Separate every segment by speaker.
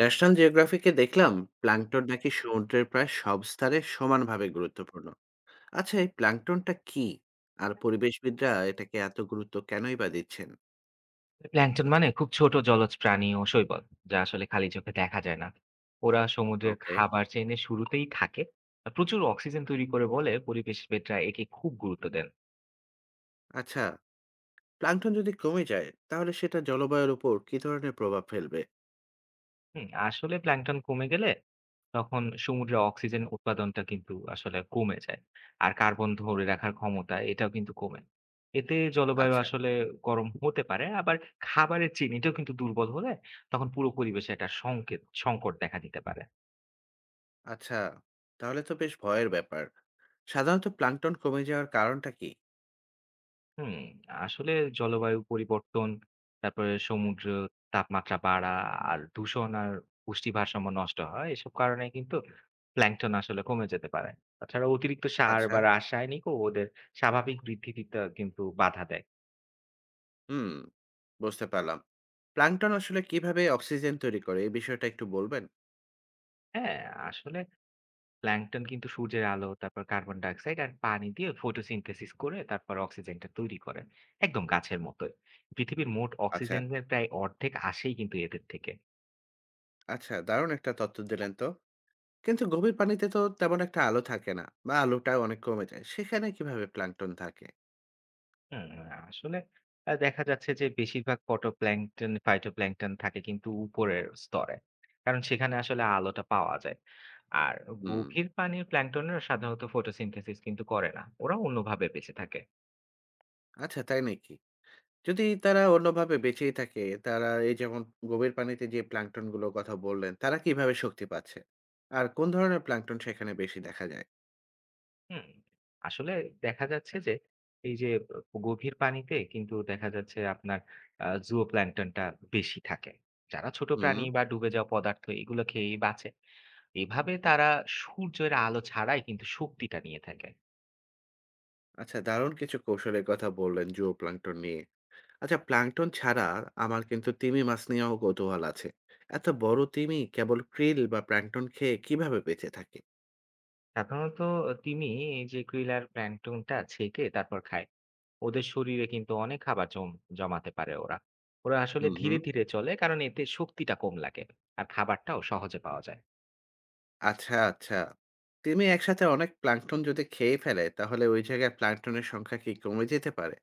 Speaker 1: National জিওগ্রাফিকে দেখলাম plankton নাকি। হুম। সমুদ্রের প্রায় সব স্তরে সমানভাবে গুরুত্বপূর্ণ। আচ্ছা, এই প্ল্যাঙ্কটনটা কি আর পরিবেশবিদরা এটাকে এত গুরুত্ব কেনই বা দিচ্ছেন?
Speaker 2: প্ল্যাংটন মানে খুব ছোট জলজ প্রাণী ও শৈবাল, যা আসলে খালি চোখে দেখা যায় না। ওরা সমুদ্রের
Speaker 1: ওকে।
Speaker 2: খাবার চেইনে শুরুতেই থাকে আর প্রচুর অক্সিজেন তৈরি করে বলে পরিবেশবিদরা একে খুব গুরুত্ব দেন।
Speaker 1: আচ্ছা, প্ল্যাঙ্কটন যদি কমে যায় তাহলে সেটা জলবায়ুর উপর কি ধরনের প্রভাব ফেলবে?
Speaker 2: আসলে প্ল্যাংটন কমে গেলে তখন সমুদ্রে অক্সিজেন উৎপাদনটা কিন্তু আসলে কমে যায়, আর কার্বন ধরে রাখার ক্ষমতা এটাও কিন্তু কমে। এতে জলবায়ু
Speaker 1: আচ্ছা।
Speaker 2: আসলে গরম হতে পারে। আবার খাবারের চিনিটাও কিন্তু দুর্বল হলে তখন পুরো পরিবেশে একটা সংকেত সংকট দেখা দিতে পারে।
Speaker 1: আচ্ছা, তাহলে তো বেশ ভয়ের ব্যাপার। সাধারণত প্ল্যাঙ্কটন কমে যাওয়ার কারণটা কি?
Speaker 2: হুম, আসলে জলবায়ু পরিবর্তন, তারপরে সমুদ্র তাপমাত্রা বাড়া, আর দূষণ আর পুষ্টি ভারসাম্য নষ্ট হয়। এসব কারণে কিন্তু প্ল্যাংটন আসলে কমে যেতে পারে। তাছাড়া অতিরিক্ত সার
Speaker 1: আচ্ছা।
Speaker 2: বা রাসায়নিকও ওদের স্বাভাবিক বৃদ্ধিতে কিন্তু বাধা দেয়।
Speaker 1: হুম, বুঝতে পারলাম। প্ল্যাঙ্কটন আসলে কিভাবে অক্সিজেন তৈরি করে এই বিষয়টা একটু বলবেন?
Speaker 2: হ্যাঁ, আসলে প্ল্যাংটন কিন্তু সূর্যের আলো, তারপর কার্বন ডাইঅক্সাইড আর পানি দিয়ে ফটোসিনথেসিস করে তারপর অক্সিজেনটা তৈরি করে। একদম গাছের মতোই। পৃথিবীর মোট
Speaker 1: আচ্ছা।
Speaker 2: অক্সিজেনের প্রায় অর্ধেক আসেই কিন্তু এদের থেকে।
Speaker 1: আচ্ছা, দারুণ একটা তথ্য দিলেন তো। কিন্তু গভীর পানিতে তো তেমন একটা আলো থাকে না বা আলোটাও অনেক কমে যায়। সেখানে কিভাবে প্লাঙ্কটন থাকে?
Speaker 2: হুম, আসলে দেখা যাচ্ছে যে বেশিরভাগ ফটোপ্ল্যাংটন, ফাইটোপ্ল্যাংটন থাকে কিন্তু উপরের স্তরে। কারণ সেখানে আসলে আলোটা পাওয়া যায়। আর
Speaker 1: হুম।
Speaker 2: গভীর পানির প্ল্যাংটনরা সাধারণত ফটোসিনথেসিস কিন্তু করে না। ওরা অন্যভাবে বেঁচে থাকে।
Speaker 1: আচ্ছা, তাই নাকি? যদি তারা অন্যভাবে বেঁচেই থাকে, তারা এই যেমন গভীর পানিতে যে প্লাঙ্কটন গুলোর কথা বললেন, তারা কিভাবে শক্তি পাচ্ছে? আর কোন ধরনের প্লাঙ্কটন সেখানে বেশি দেখা যায়?
Speaker 2: হুম। আসলে দেখা যাচ্ছে যে এই যে গভীর পানিতে কিন্তু দেখা যাচ্ছে আপনার জুওপ্ল্যাংটনটা বেশি থাকে। যারা ছোট
Speaker 1: হুম।
Speaker 2: প্রাণী বা ডুবে যাওয়া পদার্থ এগুলো খেয়েই বাঁচে। এভাবে তারা সূর্যের আলো ছাড়াই কিন্তু শক্তিটা নিয়ে থাকে।
Speaker 1: আচ্ছা, দারুণ কিছু কৌশলের কথা বললেন জুও প্লাঙ্কটন নিয়ে। আচ্ছা, প্লাঙ্কটন ছাড়া আমার কিন্তু তিমি মাছ নিয়েও কৌতূহল আছে। এত বড় তিমি কেবল krill বা প্লাঙ্কটন খেয়ে কিভাবে বেঁচে থাকে?
Speaker 2: সাধারণত তিমি এই যে krill আর প্ল্যাঙ্কটনটা ছেকে তারপর খায়। ওদের শরীরে কিন্তু অনেক খাবার জমাতে পারে ওরা। ওরা আসলে
Speaker 1: হুম,
Speaker 2: ধীরে
Speaker 1: হুম।
Speaker 2: ধীরে চলে, কারণ এতে শক্তিটা কম লাগে আর খাবারটাও সহজে পাওয়া যায়।
Speaker 1: আচ্ছা, আচ্ছা। তিমি একসাথে অনেক প্লাঙ্কটন যদি খেয়ে ফেলে তাহলে ওই জায়গায় প্লাঙ্কটনের সংখ্যা কি কমে যেতে পারে?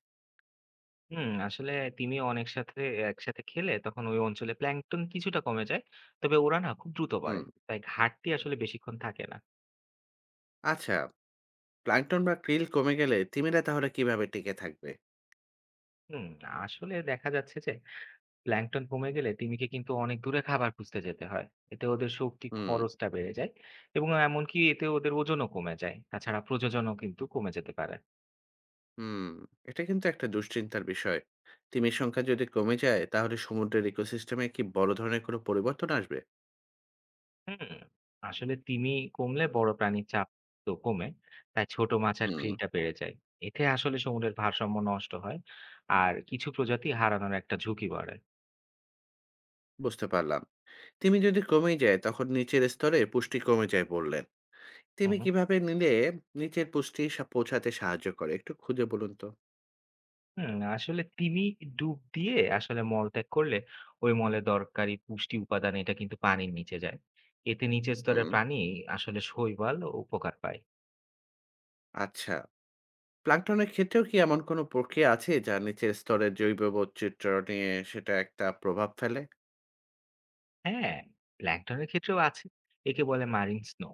Speaker 2: আসলে তিমি অনেক সাথে একসাথে খেলে তখন ওই অঞ্চলে প্ল্যাঙ্কটন কিছুটা কমে যায়। তবে ওরা না খুব দ্রুত বাড়ে,
Speaker 1: হুম।
Speaker 2: তাই ঘাটতি আসলে বেশিক্ষণ থাকে না।
Speaker 1: আচ্ছা, প্লাঙ্কটন বা krill কমে গেলে তিমিরা তাহলে কিভাবে টিকে থাকবে?
Speaker 2: হুম আসলে দেখা যাচ্ছে যে প্ল্যাঙ্কটন কমে গেলে তিমিকে কিন্তু অনেক দূরে খাবার খুঁজতে যেতে হয়। এতে ওদের শক্তি
Speaker 1: হুম,
Speaker 2: খরচটা বেড়ে যায় এবং এমনকি এতে ওদের ওজনও কমে যায়। তাছাড়া প্রজননও কিন্তু কমে যেতে পারে।
Speaker 1: হুম। এটা কিন্তু একটা দুশ্চিন্তার বিষয়। তিমির সংখ্যা যদি কমে যায় তাহলে সমুদ্রের ইকোসিস্টেমে কি বড় ধরনের কোনো পরিবর্তন আসবে?
Speaker 2: হুম আসলে তিমি কমলে বড় প্রাণীর চাপ তো কমে, তাই ছোট মাছ আর
Speaker 1: হুম,
Speaker 2: krill-টা বেড়ে যায়। এতে আসলে সমুদ্রের ভারসাম্য নষ্ট হয় আর কিছু প্রজাতি হারানোর একটা ঝুঁকি বাড়ে।
Speaker 1: বুঝতে পারলাম। তিমি যদি কমেই যায় তখন নিচের স্তরে পুষ্টি কমে যায় বললেন।
Speaker 2: হুম
Speaker 1: তিমি
Speaker 2: হুম
Speaker 1: কিভাবে নিলে নিচের পুষ্টি সা পৌঁছাতে সাহায্য করে? একটু খুঁজে বলুন তো।
Speaker 2: হুম, আসলে তিমি ডুব দিয়ে আসলে মলত্যাগ করলে ওই মলে দরকারি পুষ্টি উপাদান এটা কিন্তু পানির নিচে যায়। এতে নিচের স্তরের
Speaker 1: হুম,
Speaker 2: প্রাণী আসলে শৈবাল ও উপকার পায়।
Speaker 1: আচ্ছা। প্লাঙ্কটনের ক্ষেত্রেও কি এমন কোনো প্রক্রিয়া আছে যা নিচের স্তরের জৈব বৈচিত্র্য নিয়ে সেটা একটা প্রভাব ফেলে?
Speaker 2: হ্যাঁ, প্ল্যাঙ্কটনের ক্ষেত্রেও আছে। একে বলে মারিন স্নো।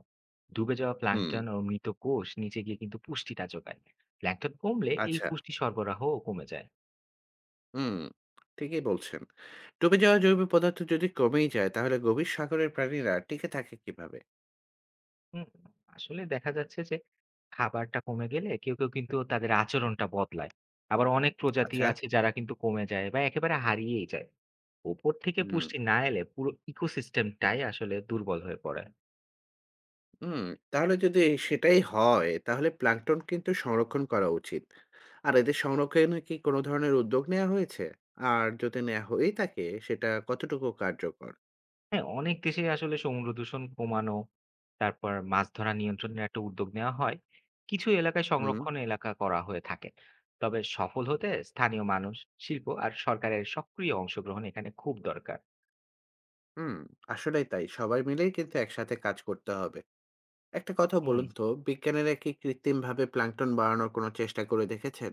Speaker 2: ডুবে যাওয়া
Speaker 1: হুম,
Speaker 2: প্ল্যাঙ্কটন ও মৃত কোষ নিচে গিয়ে কিন্তু পুষ্টিটা যোগায়। প্ল্যাঙ্কটন কমলে এই
Speaker 1: আচ্ছা।
Speaker 2: পুষ্টি সরবরাহও কমে যায়।
Speaker 1: হুম, ঠিকই বলছেন। ডুবে যাওয়া জৈব পদার্থ যদি কমেই যায় তাহলে গভীর সাগরের প্রাণীরা টিকে থাকে কিভাবে?
Speaker 2: হুম, আসলে দেখা যাচ্ছে যে খাবারটা কমে গেলে কেউ কিন্তু তাদের আচরণটা বদলায়। আবার অনেক প্রজাতি
Speaker 1: আচ্ছা।
Speaker 2: আচ্ছা। আছে যারা কিন্তু কমে যায় বা একেবারে হারিয়েই যায়। উপর থেকে
Speaker 1: হুম,
Speaker 2: পুষ্টি না এলে পুরো ইকোসিস্টেমটাই আসলে দুর্বল হয়ে পড়ে।
Speaker 1: হুম। তাহলে যদি সেটাই হয় তাহলে প্লাঙ্কটন কিন্তু সংরক্ষণ করা উচিত। আর এদের সংরক্ষণে কি কোনো ধরনের উদ্যোগ নেয়া হয়েছে? আর যদি নেয়া হয়েই থাকে সেটা কতটুকু কার্যকর?
Speaker 2: হ্যাঁ, অনেক দেশেই আসলে সমুদ্র দূষণ কমানো, তারপর মাছ ধরা নিয়ন্ত্রণের একটা উদ্যোগ নেওয়া হয়। কিছু এলাকায়
Speaker 1: হুম।
Speaker 2: সংরক্ষণ এলাকা করা হয়ে থাকে। তবে সফল হতে স্থানীয় মানুষ, শিল্প আর সরকারের সক্রিয় অংশগ্রহণ এখানে খুব দরকার।
Speaker 1: হুম, আসলেই তাই, সবাই মিলেই কিন্তু একসাথে কাজ করতে হবে। একটা কথা
Speaker 2: হুম।
Speaker 1: বলুন তো, বিজ্ঞানীরা কি কৃত্রিম ভাবে প্লাঙ্কটন বাড়ানোর কোনো চেষ্টা করে দেখেছেন?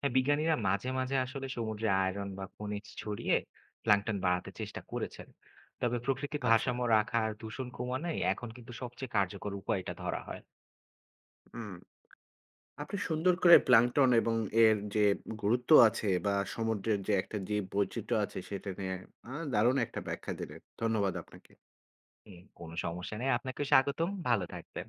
Speaker 2: হ্যাঁ, বিজ্ঞানীরা মাঝে আসলে সমুদ্রে আয়রন বা খনিজ ছড়িয়ে প্ল্যাঙ্কটন বাড়াতে চেষ্টা করেছেন। তবে প্রকৃতির
Speaker 1: আচ্ছা।
Speaker 2: ভারসাম্য রাখা আর দূষণ কমানোই এখন কিন্তু সবচেয়ে কার্যকর উপায় এটা ধরা হয়।
Speaker 1: হুম। আপনি সুন্দর করে প্লাঙ্কটন এবং এর যে গুরুত্ব আছে বা সমুদ্রের যে একটা জীব বৈচিত্র্য আছে সেটা নিয়ে দারুণ একটা ব্যাখ্যা দিলেন। ধন্যবাদ আপনাকে।
Speaker 2: হুম, কোনো সমস্যা নেই। আপনাকে স্বাগতম। ভালো থাকবেন।